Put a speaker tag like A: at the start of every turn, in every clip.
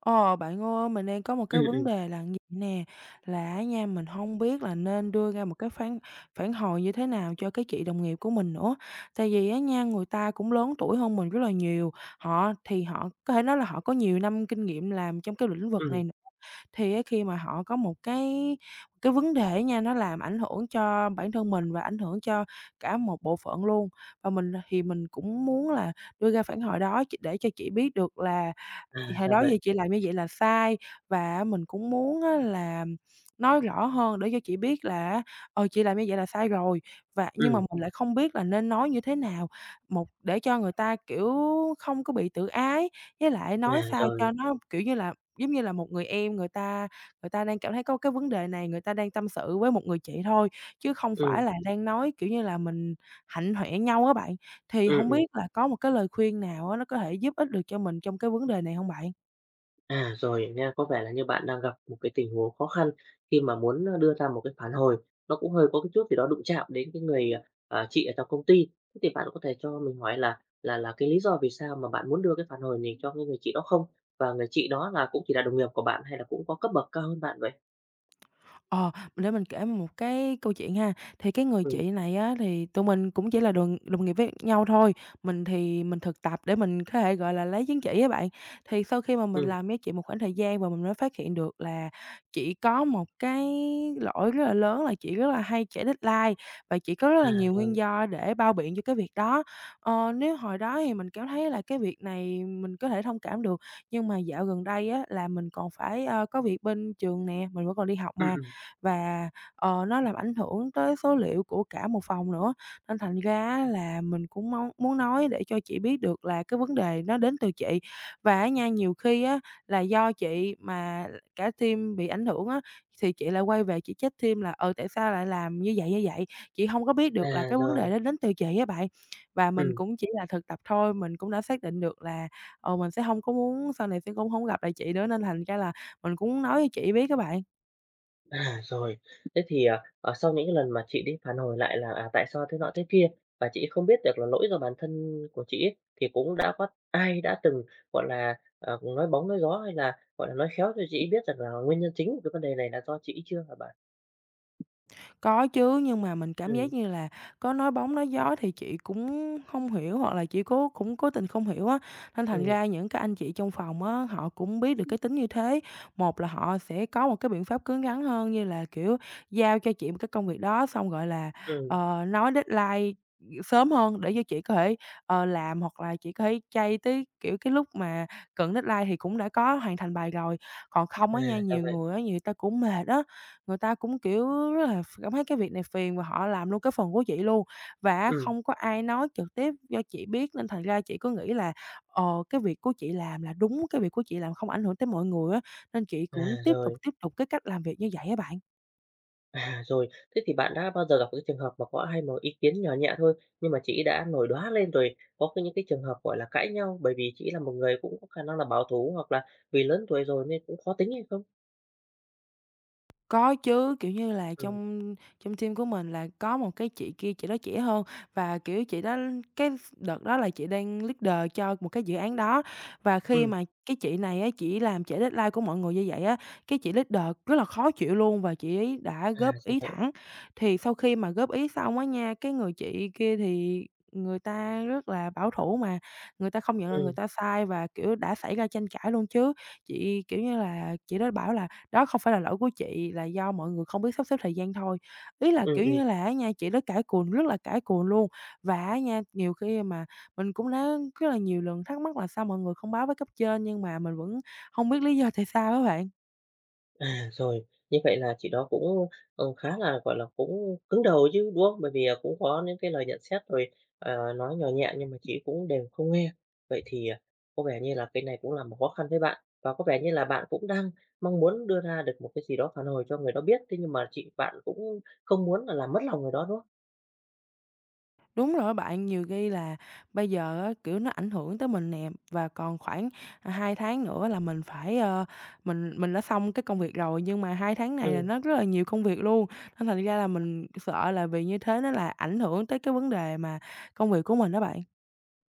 A: Ờ, Bạn ơi, mình đang có một
B: Ừm,
A: cái vấn
B: ừm,
A: đề là như vậy nè, là á nha, mình không biết là nên đưa ra một cái phản phản hồi như thế nào cho cái chị đồng nghiệp của mình nữa. Tại vì á nha, người ta cũng lớn tuổi hơn mình rất là nhiều, họ thì họ có thể nói là họ có nhiều năm kinh nghiệm làm trong cái lĩnh vực
B: ừm,
A: này nữa, thì á khi mà họ có một cái vấn đề nha, nó làm ảnh hưởng cho bản thân mình và ảnh hưởng cho cả một bộ phận luôn. Và mình thì mình cũng muốn là đưa ra phản hồi đó để cho chị biết được là
B: à,
A: hồi
B: ra
A: đó giờ
B: vậy.
A: chị làm như vậy là sai và á mình cũng muốn á là nói rõ hơn để cho chị biết là á, chị làm như vậy là sai rồi và nhưng mà
B: Ừm,
A: mình lại không biết là nên nói như thế nào, một để cho người ta, kiểu, không có bị tự ái, với lại
B: à,
A: nói sao
B: rồi,
A: cho nó, kiểu như là, giống như là, một người em người ta đang cảm thấy có cái vấn đề này, người ta đang tâm sự với một người chị thôi, chứ không
B: ừm,
A: phải là đang nói, kiểu như là, mình hạnh hoẹ nhau á bạn. Thì
B: ừm,
A: hổng
B: ừm,
A: biết là có một cái lời khuyên nào á, nó có thể giúp ích được cho mình trong cái vấn đề này hông bạn?
B: à, rồi nha, có vẻ là như bạn đang gặp một cái tình huống khó khăn khi mà muốn, ơ, đưa ra một cái phản hồi, nó cũng hơi có cái chút gì đó đụng chạm đến cái người, chị ở trong công ty. Thế thì bạn có thể cho mình hỏi là cái lý do vì sao mà bạn muốn đưa cái phản hồi này cho cái người chị đó không? Và người chị đó là cũng chỉ là đồng nghiệp của bạn hay là cũng có cấp bậc cao hơn bạn vậy?
A: Ờ, để mình kể một cái câu chuyện ha. Thì cái người
B: Ừm,
A: chị này á, thì tụi mình cũng chỉ là đồng đồng nghiệp với nhau thôi. Mình thì mình thực tập để mình có thể, gọi là, lấy chứng chỉ á bạn. Thì sau khi mà mình
B: ừm,
A: làm với chị một khoảng thời gian và mình mới phát hiện được là chị có một cái lỗi rất là lớn là chị rất là hay trễ deadline và chị có rất là
B: à,
A: nhiều nguyên
B: rồi,
A: do để bao biện cho cái việc đó. Nếu hồi đó thì mình cảm thấy là cái việc này mình có thể thông cảm được, nhưng mà dạo gần đây á, là mình còn phải, có việc bên trường nè, mình vẫn còn đi học
B: ừm,
A: mà,
B: ừm,
A: và, nó làm ảnh hưởng tới số liệu của cả một phòng nữa. Nên thành ra á là mình cũng mong muốn nói để cho chị biết được là cái vấn đề nó đến từ chị. Và á nha, nhiều khi á là do chị mà cả team bị ảnh hưởng á, thì chị lại quay về chị trách team là tại sao lại làm như vậy, như vậy? Chị không có biết
B: à,
A: được là cái vấn
B: rồi,
A: đề đó đến từ chị á bạn. Và mình
B: ừm.
A: cũng chỉ là thực tập thôi, mình cũng đã xác định được là, mình sẽ không có muốn sau này sẽ cũng hông gặp lại chị nữa, nên thành ra là mình cũng nói cho chị biết các bạn.
B: À, rồi. Thế thì, à, ờ, sau những cái lần mà chị đi phản hồi lại là, à, tại sao thế nọ thế kia và chị không biết được là lỗi do bản thân của chị ấy, thì cũng đã có ai đã từng, gọi là, ờ, nói bóng nói gió hay là, gọi là, nói khéo cho chị biết rằng là nguyên nhân chính của cái vấn đề này là do chị chưa hả bạn?
A: Có chứ, nhưng mà mình cảm
B: Ừ,
A: giác như là có nói bóng nói gió thì chị cũng không hiểu hoặc là chị cũng cố tình không hiểu á, nên thành
B: ừ,
A: ra những cái anh chị trong phòng á, họ cũng biết được cái tính như thế. Một là họ sẽ có một cái biện pháp cứng rắn hơn như là, kiểu, giao cho chị một cái công việc đó xong, gọi là,
B: ừm.
A: ờ, nói deadline sớm hơn để cho chị có thể, làm hoặc là chị có thể chay tới, kiểu, cái lúc mà cận deadline thì cũng đã có hoàn thành bài rồi. Còn không
B: À,
A: á nha,
B: ra
A: nhiều
B: vậy.
A: người á, người ta cũng mệt á, người ta cũng, kiểu, rất là cảm thấy cái việc này phiền và họ làm luôn cái phần của chị luôn. Và á
B: Ừ,
A: không có ai nói trực tiếp cho chị biết nên thành ra chị cứ nghĩ là, ờ, cái việc của chị làm là đúng, cái việc của chị làm không ảnh hưởng tới mọi người á, nên chị
B: à,
A: cũng
B: rồi.
A: tiếp tục cái cách làm việc như vậy á bạn.
B: À, rồi, thế thì bạn đã bao giờ gặp cái trường hợp mà có ai một ý kiến nhỏ nhẹ thôi, nhưng mà chị đã nổi đoá lên rồi, có cái những cái trường hợp, gọi là, cãi nhau bởi vì chị là một người cũng có khả năng là bảo thủ hoặc là vì lớn tuổi rồi nên cũng khó tính hay không?
A: Có chứ, kiểu như là,
B: Ừ,
A: trong trong team của mình là có một cái chị kia chị đó trẻ hơn và, kiểu, chị đó cái đợt đó là chị đang leader cho một cái dự án đó. Và khi
B: ừm,
A: mà cái chị này á, chị làm trễ deadline của mọi người như vậy á, cái chị leader rất là khó chịu luôn và chị ấy đã
B: à,
A: góp
B: ra
A: ý
B: vậy.
A: thẳng. Thì sau khi mà góp ý xong á nha, cái người chị kia thì người ta rất là bảo thủ mà, người ta không nhận là người
B: Ừ,
A: ta sai và, kiểu, đã xảy ra tranh cãi luôn chứ. Chị, kiểu như là, chị đó bảo là đó không phải là lỗi của chị, là do mọi người không biết sắp xếp thời gian thôi. Ý là,
B: ừ,
A: kiểu
B: ừ.
A: như là, á nha, chị đó cãi cùn, rất là cãi cùn luôn, và á nha, nhiều khi mà mình cũng đã rất là nhiều lần thắc mắc là sao mọi người không báo với cấp trên nhưng mà mình vẫn không biết lý do tại sao á bạn.
B: Rồi, như vậy là chị đó cũng, ờ, khá là, gọi là, cũng cứng đầu chứ, đúng không? Bởi vì, à, cũng có những cái lời nhận xét rồi, ờ, nói nhỏ nhẹ nhưng mà chị cũng đều không nghe. Vậy thì, à, có vẻ như là cái này cũng là một khó khăn với bạn, và có vẻ như là bạn cũng đang mong muốn đưa ra được một cái gì đó phản hồi cho người đó biết, thế nhưng mà chị bạn cũng không muốn là làm mất lòng người đó, đúng không?
A: Đúng rồi bạn, nhiều khi là bây giờ á, kiểu, nó ảnh hưởng tới mình nè, và còn khoảng, 2 tháng nữa là mình phải, mình đã xong cái công việc rồi, nhưng mà 2 tháng này là
B: Ừm.
A: nó rất là nhiều công việc luôn. Nên thành ra là mình sợ là vì như thế nó là ảnh hưởng tới cái vấn đề mà công việc của mình đó bạn.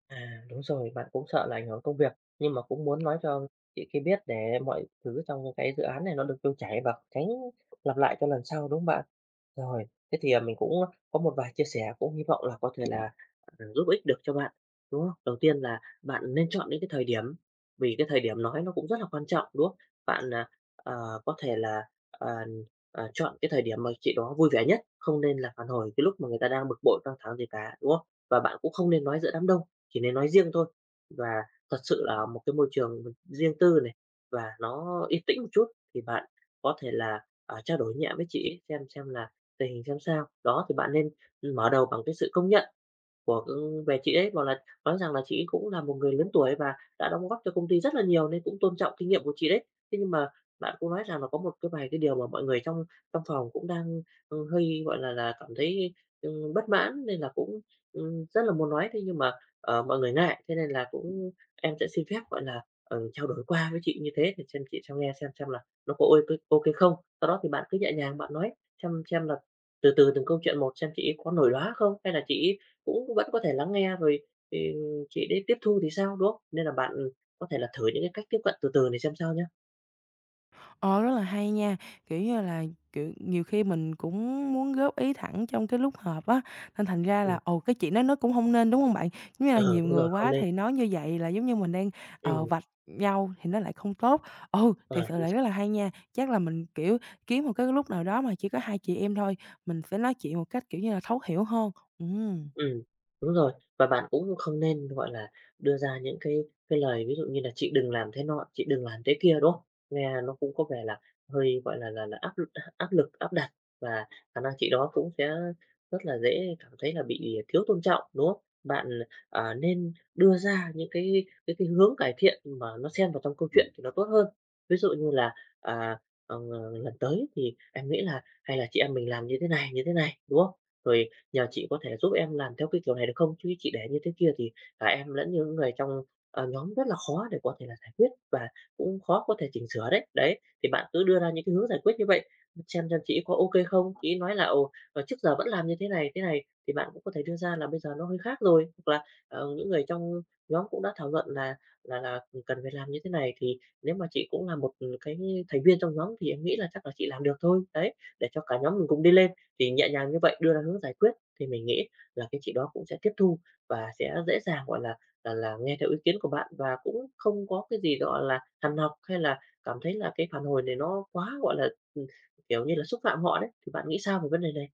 B: À, đúng rồi, bạn cũng sợ là ảnh hưởng công việc, nhưng mà cũng muốn nói cho chị kia biết để mọi thứ trong cái dự án này nó được trôi chảy và tránh lặp lại cho lần sau, đúng không bạn? Rồi, thế thì, à, mình cũng có một vài chia sẻ cũng hy vọng là có thể là, à, giúp ích được cho bạn, đúng không? Đầu tiên là bạn nên chọn những cái thời điểm, vì cái thời điểm nói nó cũng rất là quan trọng, đúng không? Bạn, à, ờ, có thể là, ờ, ờ, chọn cái thời điểm mà chị đó vui vẻ nhất, không nên là phản hồi cái lúc mà người ta đang bực bội, căng thẳng gì cả, đúng không? Và bạn cũng không nên nói giữa đám đông. Chỉ nên nói riêng thôi. Và thật sự là một cái môi trường riêng tư này và nó yên tĩnh một chút thì bạn có thể là, à, trao đổi nhẹ với chị ấy xem là tình hình xem sao. Đó, thì bạn nên mở đầu bằng cái sự công nhận của, ưm, về chị ấy, bảo là nói rằng là chị ấy cũng là một người lớn tuổi và đã đóng góp cho công ty rất là nhiều nên cũng tôn trọng kinh nghiệm của chị đấy. Thế nhưng mà bạn cũng nói rằng là có một cái vài cái điều mà mọi người trong trong phòng cũng đang, hơi, gọi là, cảm thấy, bất mãn nên là cũng, rất là muốn nói. Thế nhưng mà, ờ, mọi người ngại, thế nên là cũng em sẽ xin phép, gọi là, ừ, trao đổi qua với chị như thế để xem chị cho nghe xem là nó có ok ok không. Sau đó thì bạn cứ nhẹ nhàng bạn nói, xem là từ từ từng câu chuyện một xem chị ấy có nổi lóa không hay là chị ấy cũng vẫn có thể lắng nghe rồi thì chị đấy tiếp thu thì sao, đúng không? Nên là bạn, có thể là thử những cái cách tiếp cận từ từ này xem sao nhá.
A: Ờ, Rất là hay nha, kiểu như là, kiểu, nhiều khi mình cũng muốn góp ý thẳng trong cái lúc họp á, nên thành ra
B: Ừm,
A: là, ồ cái chuyện đó nó cũng không nên, đúng không bạn? Giống như là
B: ờ,
A: nhiều
B: đúng
A: người
B: rồi, không
A: quá
B: nên
A: thì nói như vậy là giống như mình đang,
B: ừm,
A: vạch nhau thì nó lại không tốt. Ừ,
B: ờ,
A: thiệt sự là rất là hay nha, chắc là mình, kiểu, kiếm một cái lúc nào đó mà chỉ có hai chị em thôi, mình sẽ nói chuyện một cách, kiểu như là, thấu hiểu hơn. Ừm.
B: Ừ, đúng rồi. Và bạn cũng không nên, gọi là, đưa ra những cái lời ví dụ như là "Chị đừng làm thế nọ, chị đừng làm thế kia", đúng không? Nghe nó cũng có vẻ là hơi, gọi là, áp lực, áp đặt và khả năng chị đó cũng sẽ rất là dễ cảm thấy là bị thiếu tôn trọng, đúng không? Bạn, ờ, nên đưa ra những cái hướng cải thiện mà nó xen vào trong câu chuyện thì nó tốt hơn. Ví dụ như là, à, ờ, "Lần tới thì em nghĩ là hay là chị em mình làm như thế này", đúng không? Rồi "Nhà chị có thể giúp em làm theo cái kiểu này được không? Chứ chị để như thế kia thì cả em lẫn những người trong, ờ, nhóm rất là khó để có thể là giải quyết và cũng khó có thể chỉnh sửa đấy." Đấy, thì bạn cứ đưa ra những cái hướng giải quyết như vậy, xem chị có ok không. Chị nói là "Ồ, ờ, trước giờ vẫn làm như thế này, thế này." Thì bạn cũng có thể đưa ra là bây giờ nó hơi khác rồi, hoặc là, ờ, những người trong nhóm cũng đã thảo luận là, cần phải làm như thế này, thì nếu mà chị cũng là một, cái thành viên trong nhóm thì em nghĩ là chắc là chị làm được thôi." Đấy, để cho cả nhóm mình cùng đi lên, thì nhẹ nhàng như vậy đưa ra hướng giải quyết thì mình nghĩ là cái chị đó cũng sẽ tiếp thu và sẽ dễ dàng, gọi là, là nghe theo ý kiến của bạn và cũng không có cái gì, gọi là, hằn học hay là cảm thấy là cái phản hồi này nó quá, gọi là, kiểu như là, xúc phạm họ đấy. Thì bạn nghĩ sao về vấn đề này?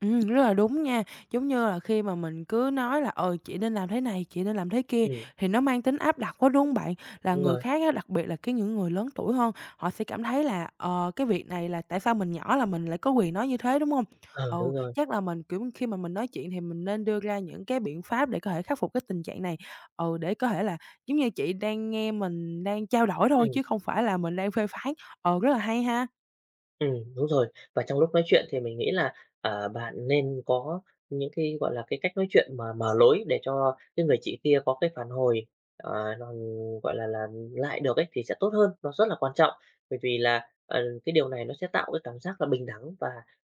A: Rất là đúng nha. Giống như là khi mà mình cứ nói là "Ờ, chị nên làm thế này, chị nên làm thế kia"
B: Ừm,
A: thì nó mang tính áp đặt quá, đúng hông bạn? Là
B: đúng
A: người
B: rồi.
A: khác á, đặc biệt là cái những người lớn tuổi hơn, họ sẽ cảm thấy là "Ờ, cái việc này là tại sao mình nhỏ là mình lại có quyền nói như thế", đúng không?
B: Ờ,
A: Ừ,
B: đúng rồi.
A: chắc là mình, kiểu, khi mà mình nói chuyện thì mình nên đưa ra những cái biện pháp để có thể khắc phục cái tình trạng này. Ừ, để có thể là giống như chị đang nghe mình đang trao đổi thôi
B: Ừm.
A: chứ không phải là mình đang phê phán. Rất là hay ha.
B: Đúng rồi. Và trong lúc nói chuyện thì mình nghĩ là, ờ, bạn nên có những cái, gọi là, cái cách nói chuyện mà mở lối để cho cái người chị kia có cái phản hồi, ờ, nó, gọi là, lại được ấy thì sẽ tốt hơn, nó rất là quan trọng. Bởi vì là, ờ, cái điều này nó sẽ tạo cái cảm giác là bình đẳng và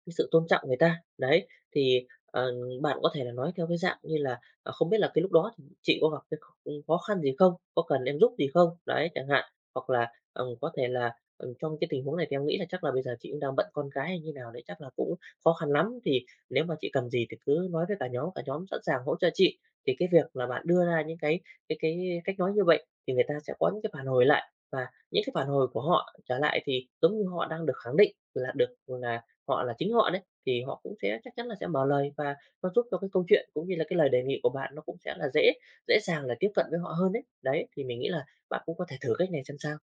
B: cái sự tôn trọng người ta. Đấy, thì, ờ, bạn có thể là nói theo cái dạng như là, ờ, "Không biết là cái lúc đó thì chị có gặp cái khó khăn gì không? Có cần em giúp gì không?" Đấy, chẳng hạn. Hoặc là, có thể là, ừm, trong cái tình huống này thì em nghĩ là chắc là bây giờ chị cũng đang bận con cái hay như nào đấy, chắc là cũng khó khăn lắm. Thì nếu mà chị cần gì thì cứ nói với cả nhóm sẵn sàng hỗ trợ chị. Thì cái việc là bạn đưa ra những cái cách nói như vậy thì người ta sẽ có những cái phản hồi lại, và những cái phản hồi của họ trở lại thì giống như họ đang được khẳng định là được là họ là chính họ đấy, thì họ cũng sẽ chắc chắn là sẽ mở lời và nó giúp cho cái câu chuyện cũng như là cái lời đề nghị của bạn nó cũng sẽ là dễ dễ dàng là tiếp cận với họ hơn đấy. Đấy, thì mình nghĩ là bạn cũng có thể thử cách này xem sao.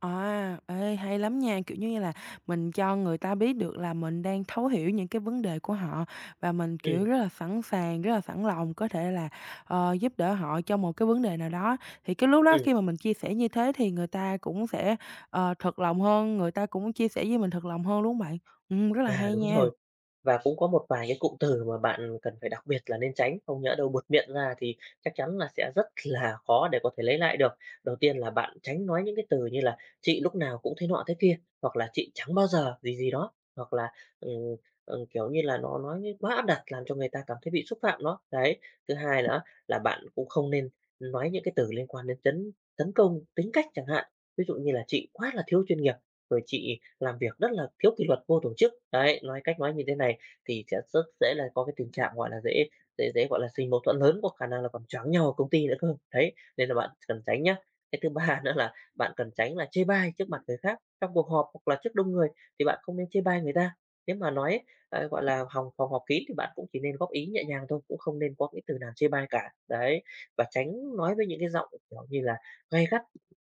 A: À, ê, hay lắm nha, kiểu như là, mình cho người ta biết được là mình đang thấu hiểu những cái vấn đề của họ và mình,
B: Ừ,
A: kiểu, rất là sẵn sàng, rất là sẵn lòng có thể là, giúp đỡ họ trong một cái vấn đề nào đó. Thì cái lúc
B: ừ.
A: đó khi mà mình chia sẻ như thế thì người ta cũng sẽ, thật lòng hơn, người ta cũng chia sẻ với mình thật lòng hơn, đúng hông bạn? Rất là
B: À,
A: hay
B: đúng
A: nha.
B: rồi. Và cũng có một vài cái cụm từ mà bạn cần phải đặc biệt là nên tránh, không nhỡ đâu buột miệng ra thì chắc chắn là sẽ rất là khó để có thể lấy lại được. Đầu tiên là bạn tránh nói những cái từ như là "chị lúc nào cũng thế nọ thế kia", hoặc là "chị chẳng bao giờ" gì gì đó, hoặc là, ừm, kiểu như là, nó nói như quá áp đặt làm cho người ta cảm thấy bị xúc phạm đó. Đấy, thứ hai nữa là bạn cũng không nên nói những cái từ liên quan đến tấn tấn công tính cách chẳng hạn, ví dụ như là "chị quá là thiếu chuyên nghiệp", rồi "chị làm việc rất là thiếu kỷ luật, vô tổ chức." Đấy, nói cách nói như thế này thì sẽ rất dễ là có cái tình trạng, gọi là, dễ dễ dễ, gọi là, sinh mâu thuẫn lớn, có khả năng là còn choáng nhau ở công ty nữa cơ. Đấy, nên là bạn cần tránh nhá. Cái thứ ba nữa là bạn cần tránh là chê bai trước mặt người khác, trong cuộc họp hoặc là trước đông người thì bạn không nên chê bai người ta. Nếu mà nói ấy, ờ, gọi là, hòng phòng họp kín thì bạn cũng chỉ nên góp ý nhẹ nhàng thôi, cũng không nên có những từ nào chê bai cả. Đấy, và tránh nói với những cái giọng, kiểu như là, gay gắt,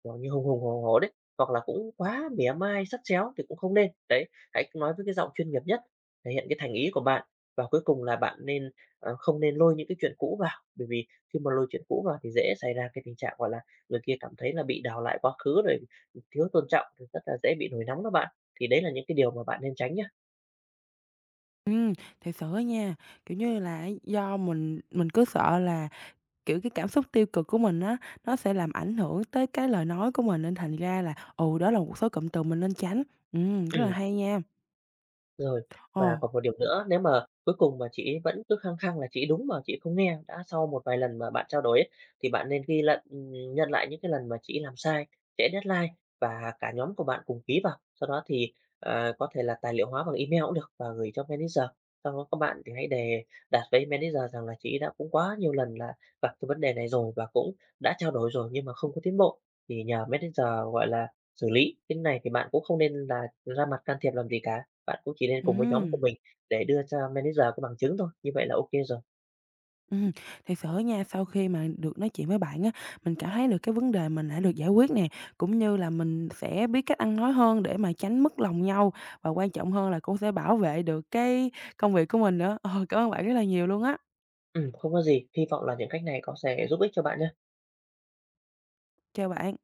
B: kiểu như, hùng hùng hổ hổ đấy, hoặc là cũng quá mỉa mai, sắt réo thì cũng không nên. Đấy, hãy nói với cái giọng chuyên nghiệp nhất thể hiện cái thành ý của bạn. Và cuối cùng là bạn nên, ờ, không nên lôi những cái chuyện cũ vào, bởi vì khi mà lôi chuyện cũ vào thì dễ xảy ra cái tình trạng, gọi là, người kia cảm thấy là bị đào lại quá khứ rồi thiếu tôn trọng, rồi rất là dễ bị nổi nóng đó bạn. Thì đấy là những cái điều mà bạn nên tránh nhá.
A: Ừm, thiệt sự á nha, kiểu như là, do mình cứ sợ là kiểu, cái cảm xúc tiêu cực của mình á, nó sẽ làm ảnh hưởng tới cái lời nói của mình nên thành ra là, ồ đó là một số cụm từ mình nên tránh. Rất là
B: Ừm.
A: hay nha.
B: Rồi,
A: Ồ,
B: và còn một điểm nữa, nếu mà cuối cùng mà chị ấy vẫn cứ khăng khăng là chị ấy đúng mà chị ấy không nghe, đã sau một vài lần mà bạn trao đổi ấy, thì bạn nên ghi lận, nhận lại những cái lần mà chị ấy làm sai, trễ deadline và cả nhóm của bạn cùng ký vào. Sau đó thì, ờ, có thể là tài liệu hóa bằng email cũng được và gửi cho manager. Sau đó các bạn thì hãy đề đạt với manager rằng là chị ấy đã cũng quá nhiều lần là gặp cái vấn đề này rồi và cũng đã trao đổi rồi nhưng mà không có tiến bộ, thì nhờ manager, gọi là, xử lý. Cái này thì bạn cũng không nên là ra mặt can thiệp làm gì cả. Bạn cũng chỉ nên cùng với nhóm của
A: ừm,
B: mình để đưa cho manager cái bằng chứng thôi, như vậy là ok rồi.
A: ừm, thiệt sự nha, sau khi mà được nói chuyện với bạn á, mình cảm thấy được cái vấn đề mình đã được giải quyết nè, cũng như là mình sẽ biết cách ăn nói hơn để mà tránh mất lòng nhau, và quan trọng hơn là cũng sẽ bảo vệ được cái công việc của mình nữa. Ờ, Cảm ơn bạn rất là nhiều luôn á.
B: Không có gì, hy vọng là những cách này có sẽ giúp ích cho bạn nhé.
A: Chào bạn.